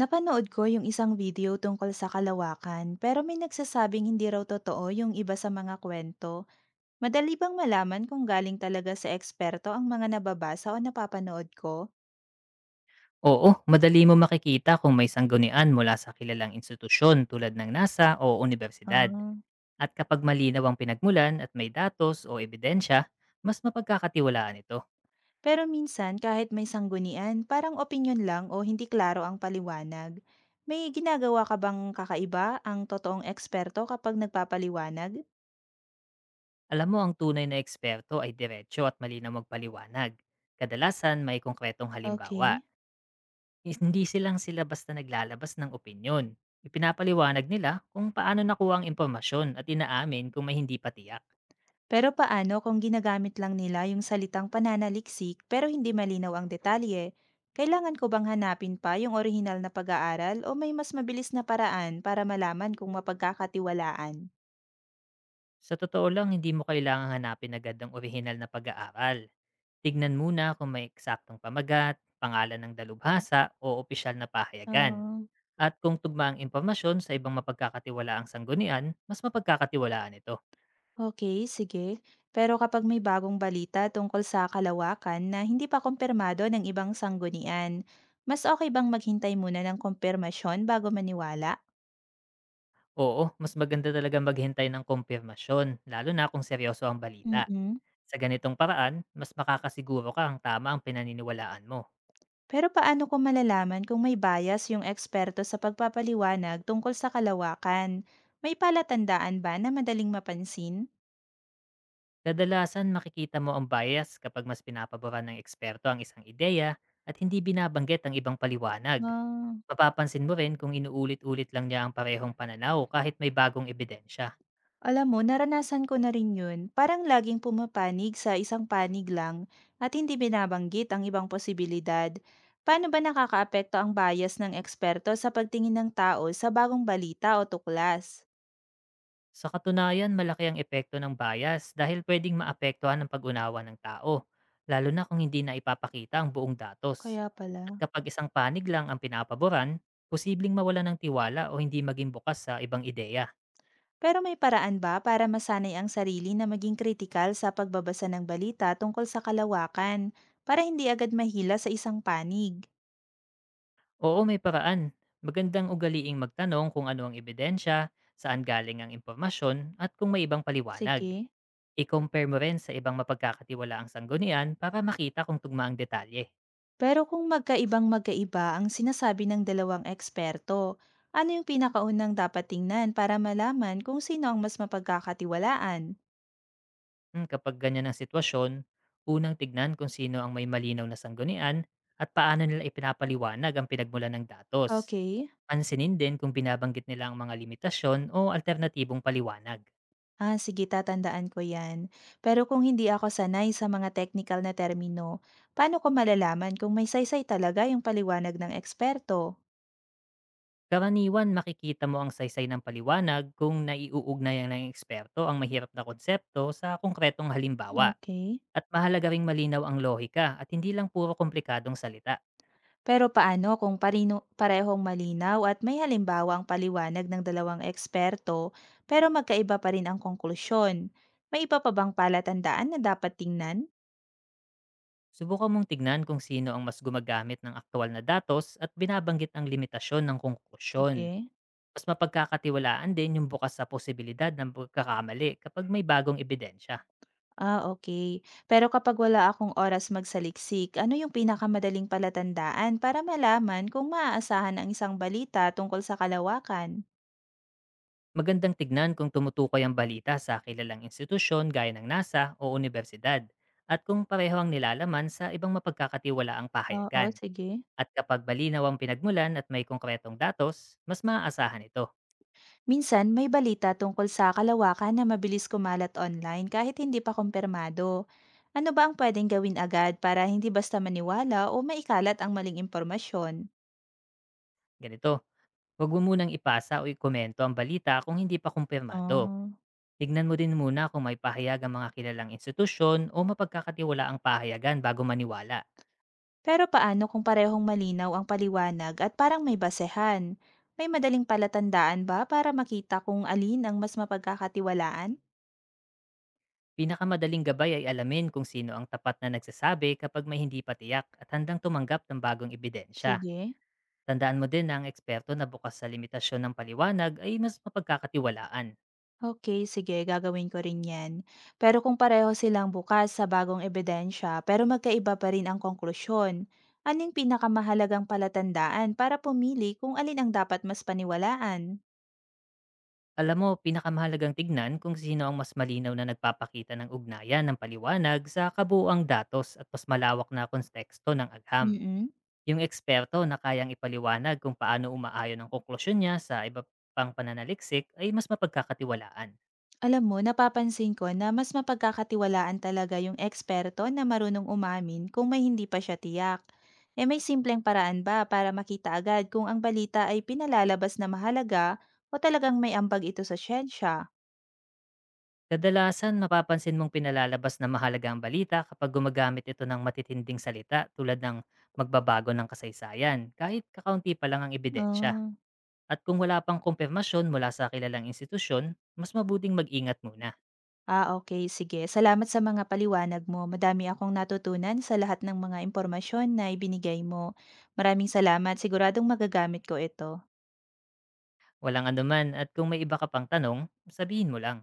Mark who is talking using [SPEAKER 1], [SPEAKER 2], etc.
[SPEAKER 1] Napanood ko yung isang video tungkol sa kalawakan pero may nagsasabing hindi raw totoo yung iba sa mga kwento. Madali bang malaman kung galing talaga sa eksperto ang mga nababasa o napapanood ko?
[SPEAKER 2] Oo, madali mo makikita kung may sanggunian mula sa kilalang institusyon tulad ng NASA o unibersidad.
[SPEAKER 1] Ah.
[SPEAKER 2] At kapag malinaw ang pinagmulan at may datos o ebidensya, mas mapagkakatiwalaan ito.
[SPEAKER 1] Pero minsan kahit may sanggunian, parang opinion lang o hindi klaro ang paliwanag. May ginagawa ka bang kakaiba ang totoong eksperto kapag nagpapaliwanag?
[SPEAKER 2] Alam mo, ang tunay na eksperto ay diretsyo at malinaw magpaliwanag. Kadalasan may konkretong halimbawa.
[SPEAKER 1] Okay.
[SPEAKER 2] Hindi sila basta naglalabas ng opinyon. Ipinapaliwanag nila kung paano nakuha ang impormasyon at inaamin kung may hindi patiya.
[SPEAKER 1] Pero paano kung ginagamit lang nila yung salitang pananaliksik pero hindi malinaw ang detalye? Kailangan ko bang hanapin pa yung orihinal na pag-aaral o may mas mabilis na paraan para malaman kung mapagkakatiwalaan?
[SPEAKER 2] Sa totoo lang, hindi mo kailangang hanapin agad ang orihinal na pag-aaral. Tignan muna kung may eksaktong pamagat, pangalan ng dalubhasa o opisyal na pahayagan.
[SPEAKER 1] Ah,
[SPEAKER 2] At kung tugma ang impormasyon sa ibang mapagkakatiwalaang sanggunian, mas mapagkakatiwalaan ito.
[SPEAKER 1] okay, sige. Pero kapag may bagong balita tungkol sa kalawakan na hindi pa kumpirmado ng ibang sanggunian, mas okay bang maghintay muna ng kumpirmasyon bago maniwala?
[SPEAKER 2] Oo, mas maganda talaga maghintay ng kumpirmasyon, lalo na kung seryoso ang balita.
[SPEAKER 1] Mm.
[SPEAKER 2] Sa ganitong paraan, mas makakasiguro ka ang tama ang pinaniniwalaan mo.
[SPEAKER 1] Pero paano ko malalaman kung may bias yung eksperto sa pagpapaliwanag tungkol sa kalawakan? May palatandaan ba na madaling mapansin?
[SPEAKER 2] Kadalasan makikita mo ang bias kapag mas pinapaboran ng eksperto ang isang ideya at hindi binabanggit ang ibang paliwanag.
[SPEAKER 1] Ah,
[SPEAKER 2] Mapapansin mo rin kung inuulit-ulit lang niya ang parehong pananaw kahit may bagong ebidensya.
[SPEAKER 1] alam mo, naranasan ko na rin yun. Parang laging pumapanig sa isang panig lang at hindi binabanggit ang ibang posibilidad. Paano ba nakakaapekto ang bias ng eksperto sa pagtingin ng tao sa bagong balita o tuklas?
[SPEAKER 2] Sa katunayan, malaki ang epekto ng bias dahil pwedeng maapektuhan ang pag-unawa ng tao, lalo na kung hindi na ipapakita ang buong datos.
[SPEAKER 1] Kaya
[SPEAKER 2] At
[SPEAKER 1] pala.
[SPEAKER 2] kapag isang panig lang ang pinapaboran, posibleng mawala ng tiwala o hindi maging bukas sa ibang ideya.
[SPEAKER 1] Pero may paraan ba para masanay ang sarili na maging kritikal sa pagbabasa ng balita tungkol sa kalawakan para hindi agad mahila sa isang panig?
[SPEAKER 2] Oo, may paraan. Magandang ugaliing magtanong kung ano ang ebidensya, saan galing ang impormasyon, at kung may ibang paliwanag.
[SPEAKER 1] Sige.
[SPEAKER 2] I-compare mo rin sa ibang mapagkakatiwalaang sanggunian para makita kung tugma ang detalye.
[SPEAKER 1] Pero kung magkaibang magkaiba ang sinasabi ng dalawang eksperto, ano yung pinakaunang dapat tingnan para malaman kung sino ang mas mapagkakatiwalaan?
[SPEAKER 2] Mm, kapag ganyan ang sitwasyon, unang tignan kung sino ang may malinaw na sanggunian at paano nila ipinapaliwanag ang pinagmulan ng datos.
[SPEAKER 1] Okay.
[SPEAKER 2] Pansinin din kung binabanggit nila ang mga limitasyon o alternatibong paliwanag.
[SPEAKER 1] Ah, sige, tatandaan ko yan. Pero kung hindi ako sanay sa mga technical na termino, paano ko malalaman kung may saysay talaga yung paliwanag ng eksperto?
[SPEAKER 2] Karaniwan makikita mo ang saysay ng paliwanag kung naiuugnayan ng eksperto ang mahirap na konsepto sa konkretong halimbawa.
[SPEAKER 1] Okay.
[SPEAKER 2] At mahalaga ring malinaw ang lohika at hindi lang puro komplikadong salita.
[SPEAKER 1] Pero paano kung parino parehong malinaw at may halimbawa ang paliwanag ng dalawang eksperto, pero magkaiba pa rin ang konklusyon? May iba pa bang palatandaan na dapat tingnan?
[SPEAKER 2] Subukan mong tignan kung sino ang mas gumagamit ng aktual na datos at binabanggit ang limitasyon ng konklusyon.
[SPEAKER 1] Sige.
[SPEAKER 2] Mas mapagkakatiwalaan din yung bukas sa posibilidad ng pagkakamali kapag may bagong ebidensya.
[SPEAKER 1] Ah, okay. Pero kapag wala akong oras magsaliksik, ano yung pinakamadaling palatandaan para malaman kung maaasahan ang isang balita tungkol sa kalawakan?
[SPEAKER 2] Magandang tignan kung tumutukoy ang balita sa kilalang institusyon gaya ng NASA o unibersidad at kung pareho ang nilalaman sa ibang mapagkakatiwalaang
[SPEAKER 1] Oo,
[SPEAKER 2] pahayagan.
[SPEAKER 1] sige.
[SPEAKER 2] At kapag malinaw ang pinagmulan at may konkretong datos, mas maaasahan ito.
[SPEAKER 1] Minsan, may balita tungkol sa kalawakan na mabilis kumalat online kahit hindi pa kumpirmado. Ano ba ang pwedeng gawin agad para hindi basta maniwala o maikalat ang maling impormasyon?
[SPEAKER 2] Ganito, huwag mo munang ipasa o ikomento ang balita kung hindi pa kumpirmado.
[SPEAKER 1] Oh.
[SPEAKER 2] Tignan mo din muna kung may pahayag ang mga kilalang institusyon o mapagkakatiwalaang pahayagan bago maniwala.
[SPEAKER 1] Pero paano kung parehong malinaw ang paliwanag at parang may basehan? May madaling palatandaan ba para makita kung alin ang mas mapagkakatiwalaan?
[SPEAKER 2] Pinakamadaling gabay ay alamin kung sino ang tapat na nagsasabi kapag may hindi patiyak at handang tumanggap ng bagong ebidensya.
[SPEAKER 1] Sige.
[SPEAKER 2] Tandaan mo din na ang eksperto na bukas sa limitasyon ng paliwanag ay mas mapagkakatiwalaan.
[SPEAKER 1] Okay, sige gagawin ko rin 'yan. Pero kung pareho silang bukas sa bagong ebidensya pero magkaiba pa rin ang konklusyon, anong pinakamahalagang palatandaan para pumili kung alin ang dapat mas paniwalaan?
[SPEAKER 2] Alam mo, pinakamahalagang tignan kung sino ang mas malinaw na nagpapakita ng ugnayan ng paliwanag sa kabuuang datos at mas malawak na konteksto ng agham.
[SPEAKER 1] Mm.
[SPEAKER 2] Yung eksperto na kayang ipaliwanag kung paano umaayon ang konklusyon niya sa iba pang pananaliksik ay mas mapagkakatiwalaan.
[SPEAKER 1] Alam mo, napapansin ko na mas mapagkakatiwalaan talaga yung eksperto na marunong umamin kung may hindi pa siya tiyak. Eh, may simpleng paraan ba para makita agad kung ang balita ay pinalalabas na mahalaga o talagang may ambag ito sa siyensya?
[SPEAKER 2] Kadalasan, mapapansin mong pinalalabas na mahalaga ang balita kapag gumagamit ito ng matitinding salita tulad ng magbabago ng kasaysayan, kahit kakaunti pa lang ang ebidensya.
[SPEAKER 1] Ah.
[SPEAKER 2] At kung wala pang kumpirmasyon mula sa kilalang institusyon, mas mabuting mag-ingat muna.
[SPEAKER 1] Ah, okay sige. Salamat sa mga paliwanag mo. Madami akong natutunan sa lahat ng mga impormasyon na ibinigay mo. Maraming salamat, siguradong magagamit ko ito.
[SPEAKER 2] Walang anuman, at kung may iba ka pang tanong, sabihin mo lang.